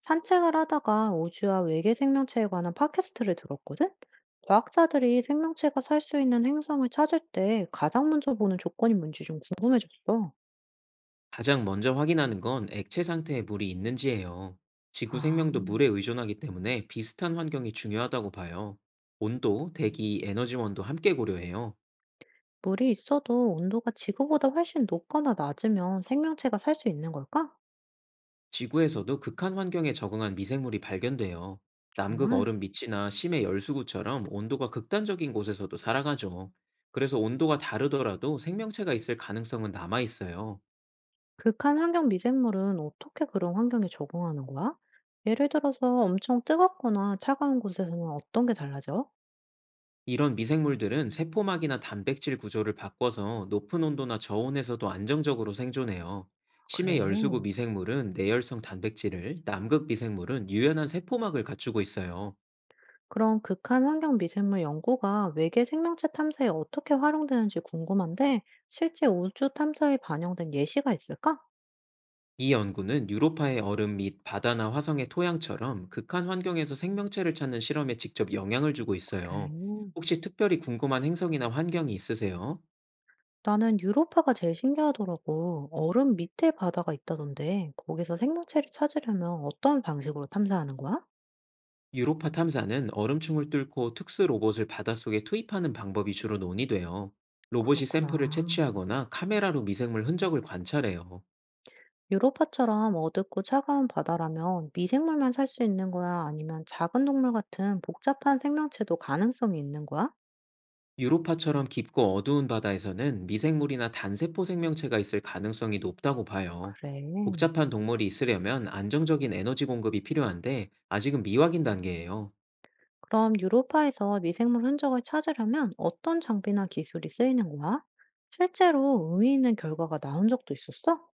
산책을 하다가 우주와 외계 생명체에 관한 팟캐스트를 들었거든? 과학자들이 생명체가 살 수 있는 행성을 찾을 때 가장 먼저 보는 조건이 뭔지 좀 궁금해졌어. 가장 먼저 확인하는 건 액체 상태에 물이 있는지예요. 지구 아, 생명도 물에 의존하기 때문에 비슷한 환경이 중요하다고 봐요. 온도, 대기, 에너지원도 함께 고려해요. 물이 있어도 온도가 지구보다 훨씬 높거나 낮으면 생명체가 살 수 있는 걸까? 지구에서도 극한 환경에 적응한 미생물이 발견돼요. 남극 정말? 얼음 밑이나 심해 열수구처럼 온도가 극단적인 곳에서도 살아가죠. 그래서 온도가 다르더라도 생명체가 있을 가능성은 남아 있어요. 극한 환경 미생물은 어떻게 그런 환경에 적응하는 거야? 예를 들어서 엄청 뜨겁거나 차가운 곳에서는 어떤 게 달라져? 이런 미생물들은 세포막이나 단백질 구조를 바꿔서 높은 온도나 저온에서도 안정적으로 생존해요. 심해 열수구 그래. 미생물은 내열성 단백질을, 남극 미생물은 유연한 세포막을 갖추고 있어요. 그럼 극한 환경 미생물 연구가 외계 생명체 탐사에 어떻게 활용되는지 궁금한데, 실제 우주 탐사에 반영된 예시가 있을까? 이 연구는 유로파의 얼음 및 바다나 화성의 토양처럼 극한 환경에서 생명체를 찾는 실험에 직접 영향을 주고 그래. 있어요. 혹시 특별히 궁금한 행성이나 환경이 있으세요? 나는 유로파가 제일 신기하더라고. 얼음 밑에 바다가 있다던데, 거기서 생명체를 찾으려면 어떤 방식으로 탐사하는 거야? 유로파 탐사는 얼음층을 뚫고 특수 로봇을 바닷속에 투입하는 방법이 주로 논의돼요. 로봇이 샘플을 그렇구나. 채취하거나 카메라로 미생물 흔적을 관찰해요. 유로파처럼 어둡고 차가운 바다라면 미생물만 살 수 있는 거야? 아니면 작은 동물 같은 복잡한 생명체도 가능성이 있는 거야? 유로파처럼 깊고 어두운 바다에서는 미생물이나 단세포 생명체가 있을 가능성이 높다고 봐요. 그래. 복잡한 동물이 있으려면 안정적인 에너지 공급이 필요한데 아직은 미확인 단계예요. 그럼 유로파에서 미생물 흔적을 찾으려면 어떤 장비나 기술이 쓰이는 거야? 실제로 의미 있는 결과가 나온 적도 있었어?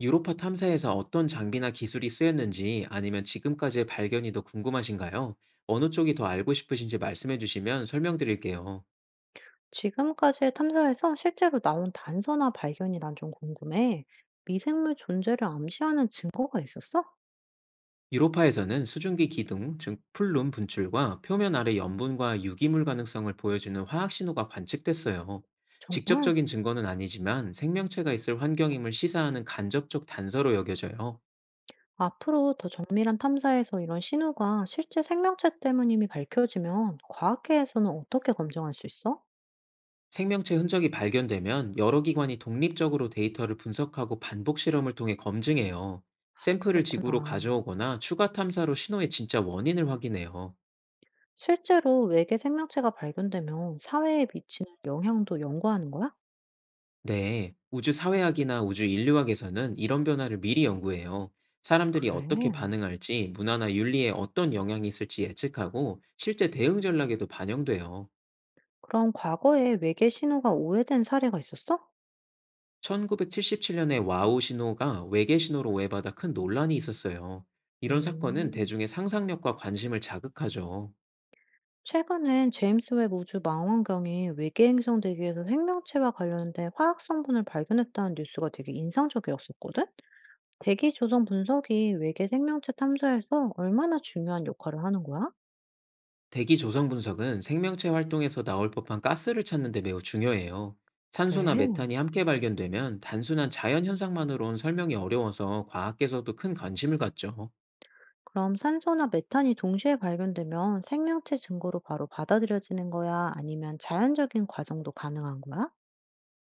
유로파 탐사에서 어떤 장비나 기술이 쓰였는지 아니면 지금까지의 발견이 더 궁금하신가요? 어느 쪽이 더 알고 싶으신지 말씀해 주시면 설명드릴게요. 지금까지의 탐사에서 실제로 나온 단서나 발견이 난 좀 궁금해. 미생물 존재를 암시하는 증거가 있었어? 유로파에서는 수증기 기둥, 즉 풀룸 분출과 표면 아래 염분과 유기물 가능성을 보여주는 화학 신호가 관측됐어요. 정말? 직접적인 증거는 아니지만 생명체가 있을 환경임을 시사하는 간접적 단서로 여겨져요. 앞으로 더 정밀한 탐사에서 이런 신호가 실제 생명체 때문임이 밝혀지면 과학계에서는 어떻게 검증할 수 있어? 생명체 흔적이 발견되면 여러 기관이 독립적으로 데이터를 분석하고 반복 실험을 통해 검증해요. 아, 샘플을 지구로 그렇구나. 가져오거나 추가 탐사로 신호의 진짜 원인을 확인해요. 실제로 외계 생명체가 발견되면 사회에 미치는 영향도 연구하는 거야? 네, 우주 사회학이나 우주 인류학에서는 이런 변화를 미리 연구해요. 사람들이 그래. 어떻게 반응할지, 문화나 윤리에 어떤 영향이 있을지 예측하고 실제 대응 전략에도 반영돼요. 그럼 과거에 외계 신호가 오해된 사례가 있었어? 1977년에 와우 신호가 외계 신호로 오해받아 큰 논란이 있었어요. 이런 사건은 음. 대중의 상상력과 관심을 자극하죠. 최근엔 제임스 웹 우주 망원경이 외계 행성 대기에서 생명체와 관련된 화학 성분을 발견했다는 뉴스가 되게 인상적이었었거든? 대기 조성 분석이 외계 생명체 탐사에서 얼마나 중요한 역할을 하는 거야? 대기 조성 분석은 생명체 활동에서 나올 법한 가스를 찾는 데 매우 중요해요. 산소나 그래. 메탄이 함께 발견되면 단순한 자연 현상만으로는 설명이 어려워서 과학계에서도 큰 관심을 갖죠. 그럼 산소나 메탄이 동시에 발견되면 생명체 증거로 바로 받아들여지는 거야? 아니면 자연적인 과정도 가능한 거야?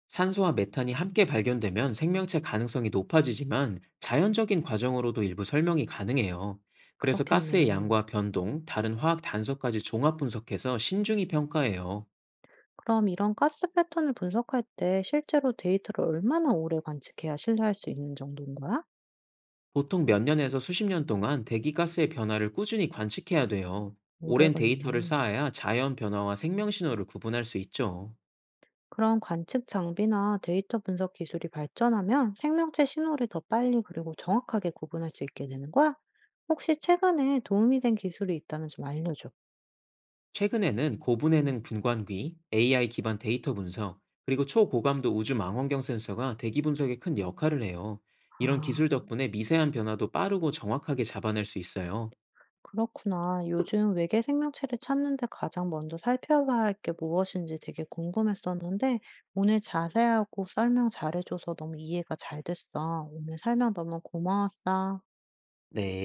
산소와 메탄이 함께 발견되면 생명체 가능성이 높아지지만 자연적인 과정으로도 일부 설명이 가능해요. 그래서 가스의 그렇겠네. 양과 변동, 다른 화학 단서까지 종합 분석해서 신중히 평가해요. 그럼 이런 가스 패턴을 분석할 때 실제로 데이터를 얼마나 오래 관측해야 신뢰할 수 있는 정도인 거야? 보통 몇 년에서 수십 년 동안 대기가스의 변화를 꾸준히 관측해야 돼요. 오래 오랜 데이터를 걸리네. 쌓아야 자연 변화와 생명 신호를 구분할 수 있죠. 그런 관측 장비나 데이터 분석 기술이 발전하면 생명체 신호를 더 빨리 그리고 정확하게 구분할 수 있게 되는 거야? 혹시 최근에 도움이 된 기술이 있다면 좀 알려줘. 최근에는 고분해능 분광기, AI 기반 데이터 분석, 그리고 초고감도 우주 망원경 센서가 대기 분석에 큰 역할을 해요. 이런 아. 기술 덕분에 미세한 변화도 빠르고 정확하게 잡아낼 수 있어요. 그렇구나. 요즘 외계 생명체를 찾는데 가장 먼저 살펴봐야 할 게 무엇인지 되게 궁금했었는데, 오늘 자세하고 설명 잘해줘서 너무 이해가 잘 됐어. 오늘 설명 너무 고마웠어. 네.